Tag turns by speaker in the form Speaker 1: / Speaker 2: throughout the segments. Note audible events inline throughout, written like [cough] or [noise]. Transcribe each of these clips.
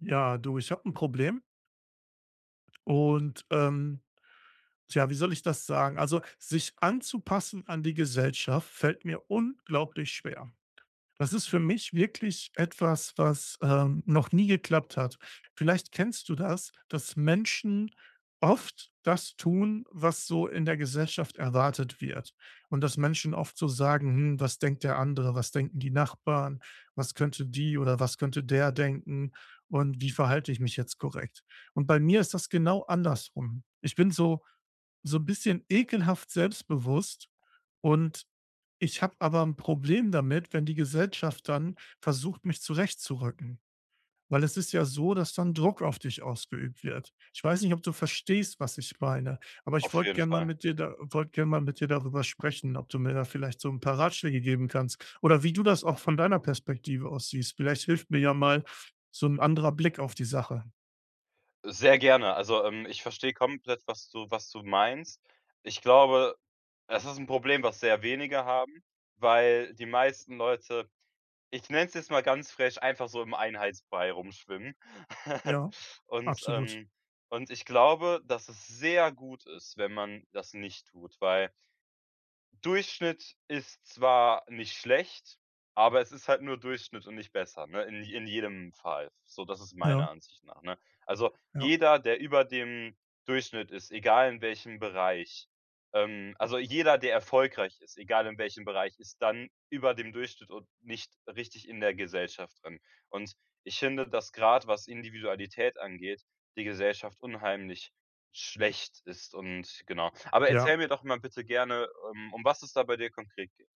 Speaker 1: Ja, du, ich habe ein Problem und, ähm, tja, wie soll ich das sagen? Also, sich anzupassen an die Gesellschaft fällt mir unglaublich schwer. Das ist für mich wirklich etwas, was, noch nie geklappt hat. Vielleicht kennst du das, dass Menschen oft das tun, was so in der Gesellschaft erwartet wird. Und dass Menschen oft so sagen: „Hm, was denkt der andere? Was denken die Nachbarn? Was könnte die oder was könnte der denken? Und wie verhalte ich mich jetzt korrekt?“ Und bei mir ist das genau andersrum. Ich bin so ein bisschen ekelhaft selbstbewusst und ich habe aber ein Problem damit, wenn die Gesellschaft dann versucht, mich zurechtzurücken, weil es ist ja so, dass dann Druck auf dich ausgeübt wird. Ich weiß nicht, ob du verstehst, was ich meine, aber ich
Speaker 2: Auf
Speaker 1: wollte
Speaker 2: jeden
Speaker 1: gerne mal
Speaker 2: Fall.
Speaker 1: mit dir da wollte gern mal mit dir darüber sprechen, ob du mir da vielleicht so ein paar Ratschläge geben kannst oder wie du das auch von deiner Perspektive aus siehst. Vielleicht hilft mir ja mal so ein anderer Blick auf die Sache.
Speaker 2: Sehr gerne. Also, ich verstehe komplett, was du meinst. Ich glaube, es ist ein Problem, was sehr wenige haben, weil die meisten Leute, ich nenne es jetzt mal ganz frech, einfach so im Einheitsbrei rumschwimmen. [laughs]
Speaker 1: Ja,
Speaker 2: Und,
Speaker 1: absolut.
Speaker 2: ähm und ich glaube, dass es sehr gut ist, wenn man das nicht tut, weil Durchschnitt ist zwar nicht schlecht, aber es ist halt nur Durchschnitt und nicht besser, ne, in jedem Fall. So, das ist meiner
Speaker 1: Ja,
Speaker 2: Ansicht nach, ne? Also,
Speaker 1: ja.
Speaker 2: jeder, der über dem Durchschnitt ist, egal in welchem Bereich, also, jeder, der erfolgreich ist, egal in welchem Bereich, ist dann über dem Durchschnitt und nicht richtig in der Gesellschaft drin. Und ich finde, dass gerade was Individualität angeht, die Gesellschaft unheimlich Schlecht ist und genau. Aber
Speaker 1: Ja.
Speaker 2: erzähl mir doch mal bitte gerne, um was es da bei dir konkret geht.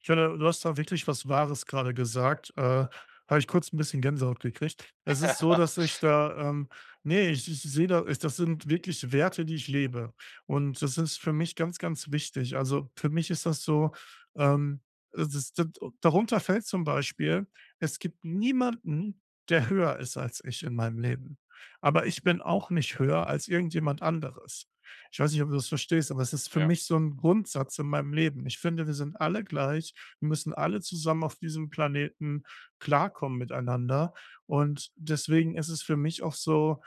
Speaker 1: Ich finde, du hast da wirklich was Wahres gerade gesagt. Habe ich kurz ein bisschen Gänsehaut gekriegt. Es ist so, dass
Speaker 2: [laughs]
Speaker 1: ich da, ne, ich sehe da ich das sind wirklich Werte, die ich lebe. Und das ist für mich ganz, ganz wichtig. Also, für mich ist das so, ähm, es ist d darunter fällt zum Beispiel, es gibt niemanden, der höher ist als ich in meinem Leben. Aber ich bin auch nicht höher als irgendjemand anderes. Ich weiß nicht, ob du das verstehst, aber es ist für
Speaker 2: Ja,
Speaker 1: mich so ein Grundsatz in meinem Leben. Ich finde, wir sind alle gleich. Wir müssen alle zusammen auf diesem Planeten klarkommen miteinander. Und deswegen ist es für mich auch so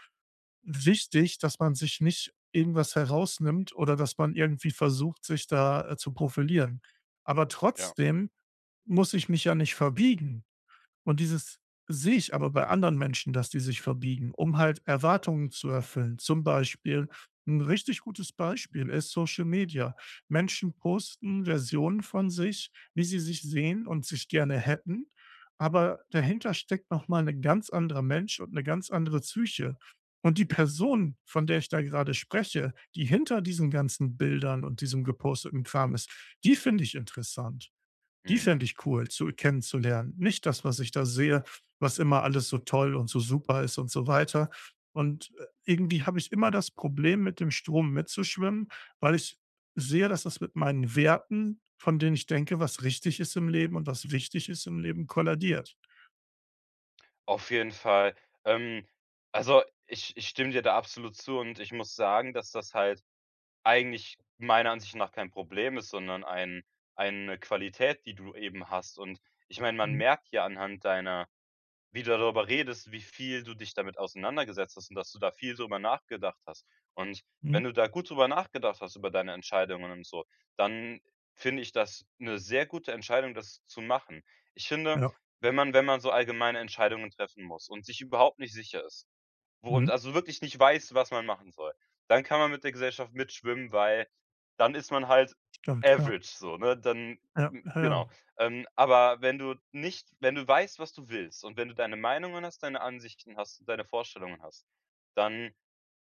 Speaker 1: wichtig, dass man sich nicht irgendwas herausnimmt oder dass man irgendwie versucht, sich da, zu profilieren. Aber
Speaker 2: ja,
Speaker 1: trotzdem muss ich mich ja nicht verbiegen. Und dieses sehe ich aber bei anderen Menschen, dass die sich verbiegen, um halt Erwartungen zu erfüllen. Zum Beispiel ein richtig gutes Beispiel ist Social Media. Menschen posten Versionen von sich, wie sie sich sehen und sich gerne hätten, aber dahinter steckt noch mal 'ne ganz anderer Mensch und eine ganz andere Psyche. Und die Person, von der ich da gerade spreche, die hinter diesen ganzen Bildern und diesem geposteten Kram ist, die finde ich interessant. Die
Speaker 2: mhm.
Speaker 1: fände ich cool zu kennenzulernen. Nicht das, was ich da sehe, was immer alles so toll und so super ist und so weiter. Und, irgendwie habe ich immer das Problem, mit dem Strom mitzuschwimmen, weil ich sehe, dass das mit meinen Werten, von denen ich denke, was richtig ist im Leben und was wichtig ist im Leben, kollidiert.
Speaker 2: Auf jeden Fall. Ähm, also, ich stimme dir da absolut zu und ich muss sagen, dass das halt eigentlich meiner Ansicht nach kein Problem ist, sondern eine Qualität, die du eben hast. Und ich meine, man
Speaker 1: Mhm,
Speaker 2: merkt ja anhand deiner Wie du darüber redest, wie viel du dich damit auseinandergesetzt hast und dass du da viel drüber nachgedacht hast. Und
Speaker 1: mhm,
Speaker 2: wenn du da gut drüber nachgedacht hast, über deine Entscheidungen und so, dann finde ich das eine sehr gute Entscheidung, das zu machen. Ich finde,
Speaker 1: ja,
Speaker 2: wenn man so allgemeine Entscheidungen treffen muss und sich überhaupt nicht sicher ist wo
Speaker 1: mhm,
Speaker 2: und also wirklich nicht weiß, was man machen soll. Dann kann man mit der Gesellschaft mitschwimmen, weil dann ist man halt
Speaker 1: stimmt, ja.
Speaker 2: average so, ne? Dann
Speaker 1: Ja,
Speaker 2: hm,
Speaker 1: ja, ja.
Speaker 2: genau. Aber wenn du nicht wenn du weißt, was du willst und wenn du deine Meinungen hast, deine Ansichten hast und deine Vorstellungen hast, dann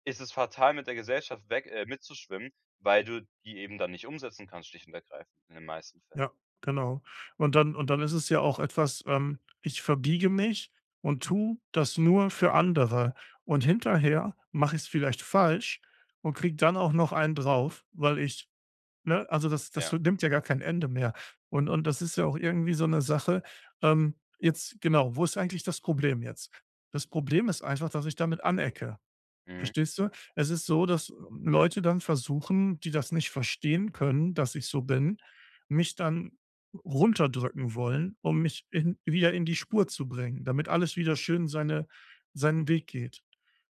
Speaker 2: ist es fatal, mit der Gesellschaft weg mitzuschwimmen, weil du die eben dann nicht umsetzen kannst, schlicht und ergreifend in den meisten Fällen.
Speaker 1: Ja, genau. Und dann ist es ja auch etwas, ich verbiege mich und tu das nur für andere. Und hinterher mache ich es vielleicht falsch und kriege dann auch noch einen drauf, weil ich ne, also das
Speaker 2: Ja.
Speaker 1: nimmt ja gar kein Ende mehr. Und das ist ja auch irgendwie so eine Sache, jetzt genau, wo ist eigentlich das Problem jetzt? Das Problem ist einfach, dass ich damit anecke.
Speaker 2: Mhm.
Speaker 1: Verstehst du? Es ist so, dass Leute dann versuchen, die das nicht verstehen können, dass ich so bin, mich dann runterdrücken wollen, um mich in, wieder in die Spur zu bringen, damit alles wieder schön seine, seinen Weg geht.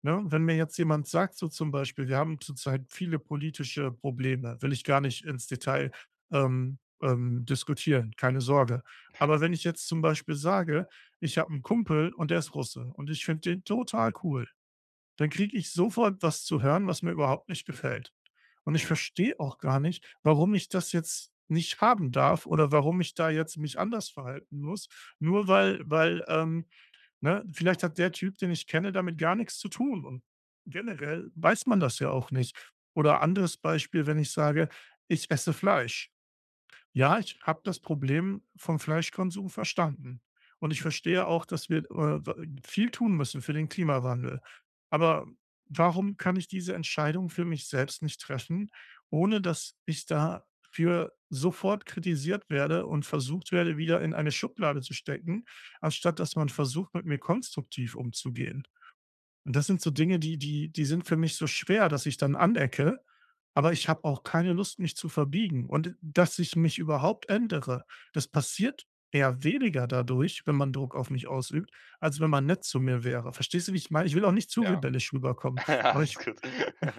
Speaker 1: Ne? Wenn mir jetzt jemand sagt, so zum Beispiel, wir haben zurzeit viele politische Probleme, will ich gar nicht ins Detail diskutieren, keine Sorge. Aber wenn
Speaker 2: [laughs] Ja,
Speaker 1: ich jetzt zum Beispiel sage, ich habe einen Kumpel und der ist Russe und ich finde den total cool, dann kriege ich sofort was zu hören, was mir überhaupt nicht gefällt. Und ich
Speaker 2: mhm.
Speaker 1: verstehe auch gar nicht, warum ich das jetzt nicht haben darf oder warum ich da jetzt mich anders verhalten muss, nur weil ne, vielleicht hat der Typ, den ich kenne, damit gar nichts zu tun und generell weiß man das ja auch nicht. Oder anderes Beispiel, wenn ich sage: „Ich esse Fleisch.“ Ja, ich habe das Problem vom Fleischkonsum verstanden. Und ich verstehe auch, dass wir, w viel tun müssen für den Klimawandel. Aber warum kann ich diese Entscheidung für mich selbst nicht treffen, ohne dass ich dafür sofort kritisiert werde und versucht werde, wieder in eine Schublade zu stecken, anstatt dass man versucht, mit mir konstruktiv umzugehen? Und das sind so Dinge, die sind für mich so schwer, dass ich dann anecke, aber ich habe auch keine Lust, mich zu verbiegen. Und dass ich mich überhaupt ändere, das passiert eher weniger dadurch, wenn man Druck auf mich ausübt, als wenn man nett zu mir wäre. Verstehst du, wie ich meine? Ich will auch nicht zu
Speaker 2: Ja.
Speaker 1: rebellisch
Speaker 2: [laughs]
Speaker 1: rüberkommen, aber
Speaker 2: Alles
Speaker 1: ich
Speaker 2: gut.
Speaker 1: ja,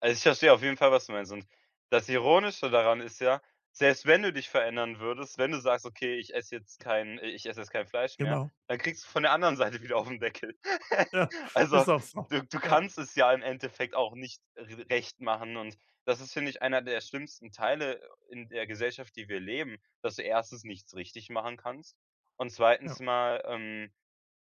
Speaker 2: Also, ich verstehe auf jeden Fall, was du meinst und das Ironische daran ist ja, selbst wenn du dich verändern würdest, wenn du sagst: „Okay, ich esse jetzt kein Fleisch mehr“,
Speaker 1: genau.
Speaker 2: dann kriegst du von der anderen [laughs] Seite wieder auf den Deckel. [laughs]
Speaker 1: Ja,
Speaker 2: Also,
Speaker 1: ist auch so.
Speaker 2: du
Speaker 1: Ja,
Speaker 2: kannst es ja im Endeffekt auch nicht r recht machen und das ist, finde ich, einer der schlimmsten Teile in der Gesellschaft, die wir leben, dass du erstens nichts richtig machen kannst und
Speaker 1: ja.
Speaker 2: zweitens mal,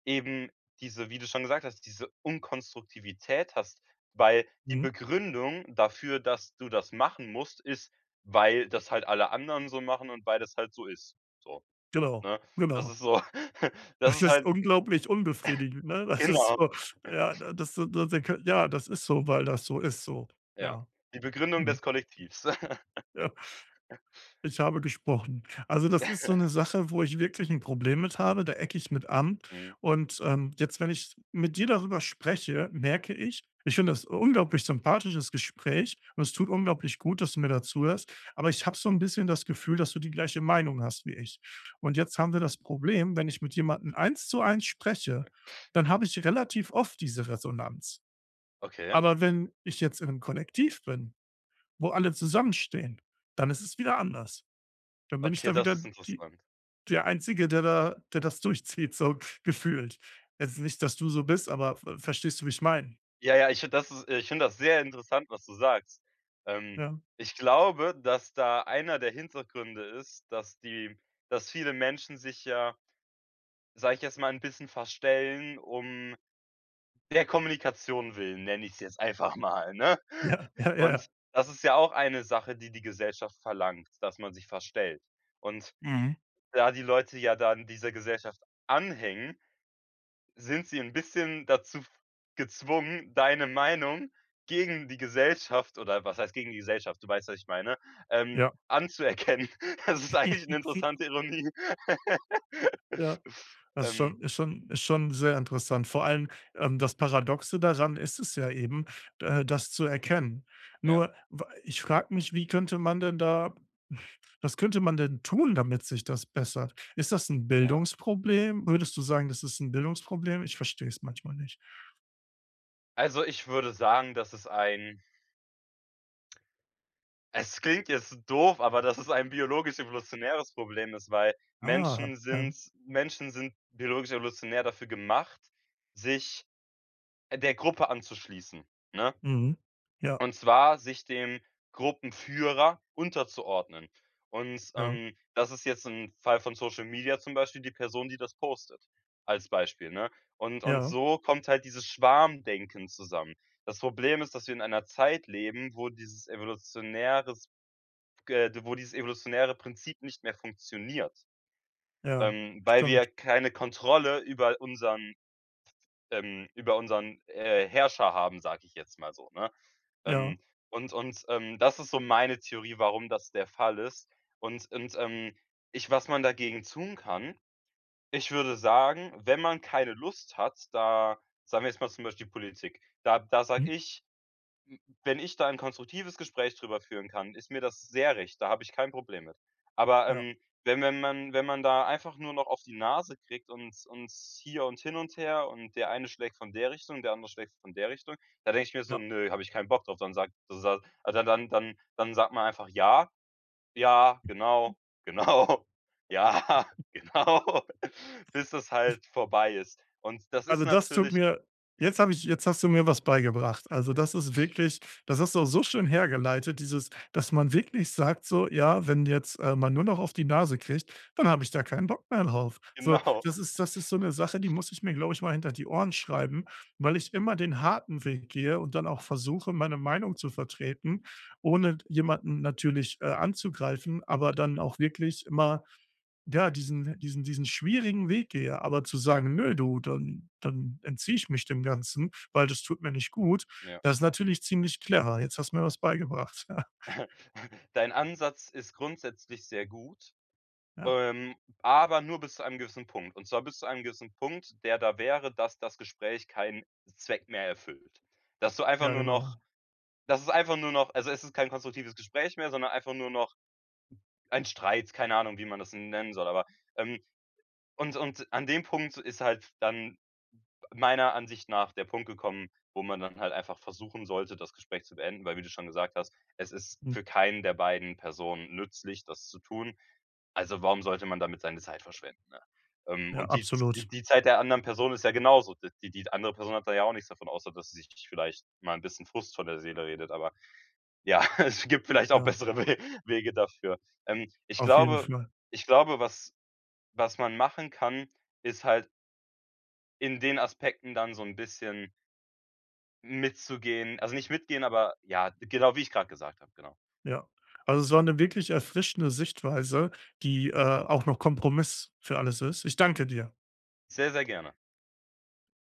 Speaker 2: eben diese wie du schon gesagt hast, diese Unkonstruktivität hast, weil die
Speaker 1: Mhm.
Speaker 2: Begründung dafür, dass du das machen musst, ist, weil das halt alle anderen so machen und weil das halt so ist. So,
Speaker 1: Genau,
Speaker 2: ne? Das
Speaker 1: genau.
Speaker 2: ist so [laughs] das
Speaker 1: Es
Speaker 2: ist
Speaker 1: ist
Speaker 2: halt
Speaker 1: unglaublich unbefriedigend, ne? Das ist
Speaker 2: genau,
Speaker 1: so ja, das so das ja, das ist so, weil das so ist so.
Speaker 2: ja.
Speaker 1: Ja.
Speaker 2: Die Begründung
Speaker 1: Mhm.
Speaker 2: des Kollektivs.
Speaker 1: Ja, ich habe gesprochen. Also, das ist so eine
Speaker 2: [laughs]
Speaker 1: Sache, wo ich wirklich ein Problem mit habe, da ecke ich mit an.
Speaker 2: Mhm.
Speaker 1: Und, jetzt, wenn ich mit dir darüber spreche, merke ich finde das ein unglaublich sympathisches Gespräch und es tut unglaublich gut, dass du mir da zuhörst, aber ich habe so ein bisschen das Gefühl, dass du die gleiche Meinung hast wie ich. Und jetzt haben wir das Problem, wenn ich mit jemandem eins zu eins spreche, dann habe ich relativ oft diese Resonanz.
Speaker 2: Okay.
Speaker 1: Aber wenn ich jetzt in einem Kollektiv bin, wo alle zusammenstehen, dann ist es wieder anders. Dann bin ich
Speaker 2: Okay,
Speaker 1: da
Speaker 2: das
Speaker 1: wieder
Speaker 2: ist
Speaker 1: die
Speaker 2: interessant.
Speaker 1: der Einzige, der das durchzieht, so gefühlt. Jetzt nicht, dass du so bist, aber v verstehst du, wie ich meine?
Speaker 2: Ja, ja, ich finde das sehr interessant, was du sagst. Ähm,
Speaker 1: Ja,
Speaker 2: ich glaube, dass da einer der Hintergründe ist, dass viele Menschen sich ja, sage ich jetzt mal, ein bisschen verstellen um der Kommunikation willen, nenne ich es jetzt einfach mal, ne?
Speaker 1: ja, ja,
Speaker 2: [laughs] Und
Speaker 1: ja.
Speaker 2: das ist ja auch eine Sache, die die Gesellschaft verlangt, dass man sich verstellt. Und
Speaker 1: Mhm.
Speaker 2: da die Leute ja dann dieser Gesellschaft anhängen sind sie ein bisschen dazu gezwungen, deine Meinung gegen die Gesellschaft oder was heißt gegen die Gesellschaft, du weißt, was ich meine,
Speaker 1: Ja,
Speaker 2: anzuerkennen. [laughs] Das ist eigentlich eine
Speaker 1: [laughs]
Speaker 2: interessante Ironie.
Speaker 1: ja.
Speaker 2: [laughs]
Speaker 1: Das ist
Speaker 2: Ähm,
Speaker 1: schon sehr interessant. Vor allem, das Paradoxe daran ist es ja eben, das zu erkennen.
Speaker 2: ja,
Speaker 1: Nur w Ich frage mich, wie könnte man denn da was könnte man denn tun, damit sich das bessert? Ist das ein
Speaker 2: ja.
Speaker 1: Bildungsproblem? Würdest du sagen, das ist ein Bildungsproblem? Ich verstehe es manchmal nicht.
Speaker 2: Also, ich würde sagen, dass es ein es klingt jetzt doof, aber dass es ein biologisch-evolutionäres Problem ist, weil
Speaker 1: Ah,
Speaker 2: Menschen
Speaker 1: ja.
Speaker 2: sind Menschen sind biologisch-evolutionär dafür gemacht, sich der Gruppe anzuschließen, ne?
Speaker 1: Mhm. Ja,
Speaker 2: Und zwar sich dem Gruppenführer unterzuordnen. Und,
Speaker 1: ja,
Speaker 2: das ist jetzt ein Fall von Social Media zum Beispiel die Person, die das postet, als Beispiel, ne? Und
Speaker 1: ja,
Speaker 2: so kommt halt dieses Schwarmdenken zusammen. Das Problem ist, dass wir in einer Zeit leben, wo dieses evolutionäre Prinzip nicht mehr funktioniert,
Speaker 1: ja,
Speaker 2: weil
Speaker 1: stimmt.
Speaker 2: wir keine Kontrolle über unseren, Herrscher haben, sage ich jetzt mal so, ne?
Speaker 1: Ja,
Speaker 2: Ähm, das ist so meine Theorie, warum das der Fall ist. Und und, ähm, ich was man dagegen tun kann, ich würde sagen, wenn man keine Lust hat, da sagen wir jetzt mal zum Beispiel Politik, da
Speaker 1: mhm.
Speaker 2: sage ich, hm, wenn ich da ein konstruktives Gespräch drüber führen kann, ist mir das sehr recht, da habe ich kein Problem mit. Aber,
Speaker 1: Ja,
Speaker 2: wenn man da einfach nur noch auf die Nase kriegt und hier und hin und her und der eine schlägt von der Richtung, der andere schlägt von der Richtung, da denke ich mir so:
Speaker 1: ja.
Speaker 2: „Nö, habe ich keinen Bock drauf.“ Dann sagt sa dann dann dann dann sagt man einfach: „Ja, ja, genau, genau, [laughs] ja, [laughs] genau“, [laughs] bis das halt vorbei ist. Und das ist
Speaker 1: Also, das tut
Speaker 2: natürlich
Speaker 1: mir jetzt habe ich jetzt hast du mir was beigebracht. Also, das ist wirklich das hast du auch so schön hergeleitet, dieses dass man wirklich sagt so: „Ja, wenn jetzt, man nur noch auf die Nase kriegt, dann habe ich da keinen Bock mehr drauf.“ So,
Speaker 2: genau. [laughs]
Speaker 1: das ist so eine Sache, die muss ich mir, glaube ich, mal hinter die Ohren schreiben, weil ich immer den harten Weg gehe und dann auch versuche, meine Meinung zu vertreten, ohne jemanden natürlich, anzugreifen, aber dann auch wirklich immer ja, diesen schwierigen Weg gehe, aber zu
Speaker 2: Ja,
Speaker 1: sagen: „Nö, du, dann entziehe ich mich dem Ganzen, weil das tut mir nicht gut.“
Speaker 2: ja.
Speaker 1: Das ist natürlich ziemlich clever. Jetzt hast du mir was beigebracht. [laughs]
Speaker 2: [laughs] Dein Ansatz ist grundsätzlich sehr gut,
Speaker 1: Ja, ja,
Speaker 2: ähm, aber nur bis zu einem gewissen Punkt. Und zwar bis zu einem gewissen Punkt, der da wäre, dass das Gespräch keinen Zweck mehr erfüllt. Dass du einfach
Speaker 1: ja,
Speaker 2: nur noch
Speaker 1: genau.
Speaker 2: das ist einfach nur noch also, es ist kein konstruktives Gespräch mehr, sondern einfach nur noch ein Streit, keine Ahnung, wie man das nennen soll, aber, ähm und an dem Punkt ist halt dann meiner Ansicht nach der Punkt gekommen, wo man dann halt einfach versuchen sollte, das Gespräch zu beenden, weil wie du schon gesagt hast, es ist
Speaker 1: Hm,
Speaker 2: für keinen der beiden Personen nützlich, das zu tun. Also, warum sollte man damit seine Zeit verschwenden, ne? Ähm,
Speaker 1: ja,
Speaker 2: und die
Speaker 1: absolut.
Speaker 2: die Zeit der anderen Person ist ja genauso. Die die andere Person hat da ja auch nichts davon, außer dass sie sich vielleicht mal ein bisschen Frust von der Seele redet, aber ja, [laughs] es gibt vielleicht auch
Speaker 1: Ja,
Speaker 2: bessere We Wege dafür. Ähm, ich
Speaker 1: auf jeden
Speaker 2: glaube
Speaker 1: Fall.
Speaker 2: ich glaube, was man machen kann, ist halt in den Aspekten dann so ein bisschen Mitzugehen also nicht mitgehen, aber ja, genau wie ich gerade gesagt habe, genau.
Speaker 1: Ja. Also, es war eine wirklich erfrischende Sichtweise, die, auch noch Kompromiss für alles ist. Ich danke dir.
Speaker 2: Sehr, sehr gerne.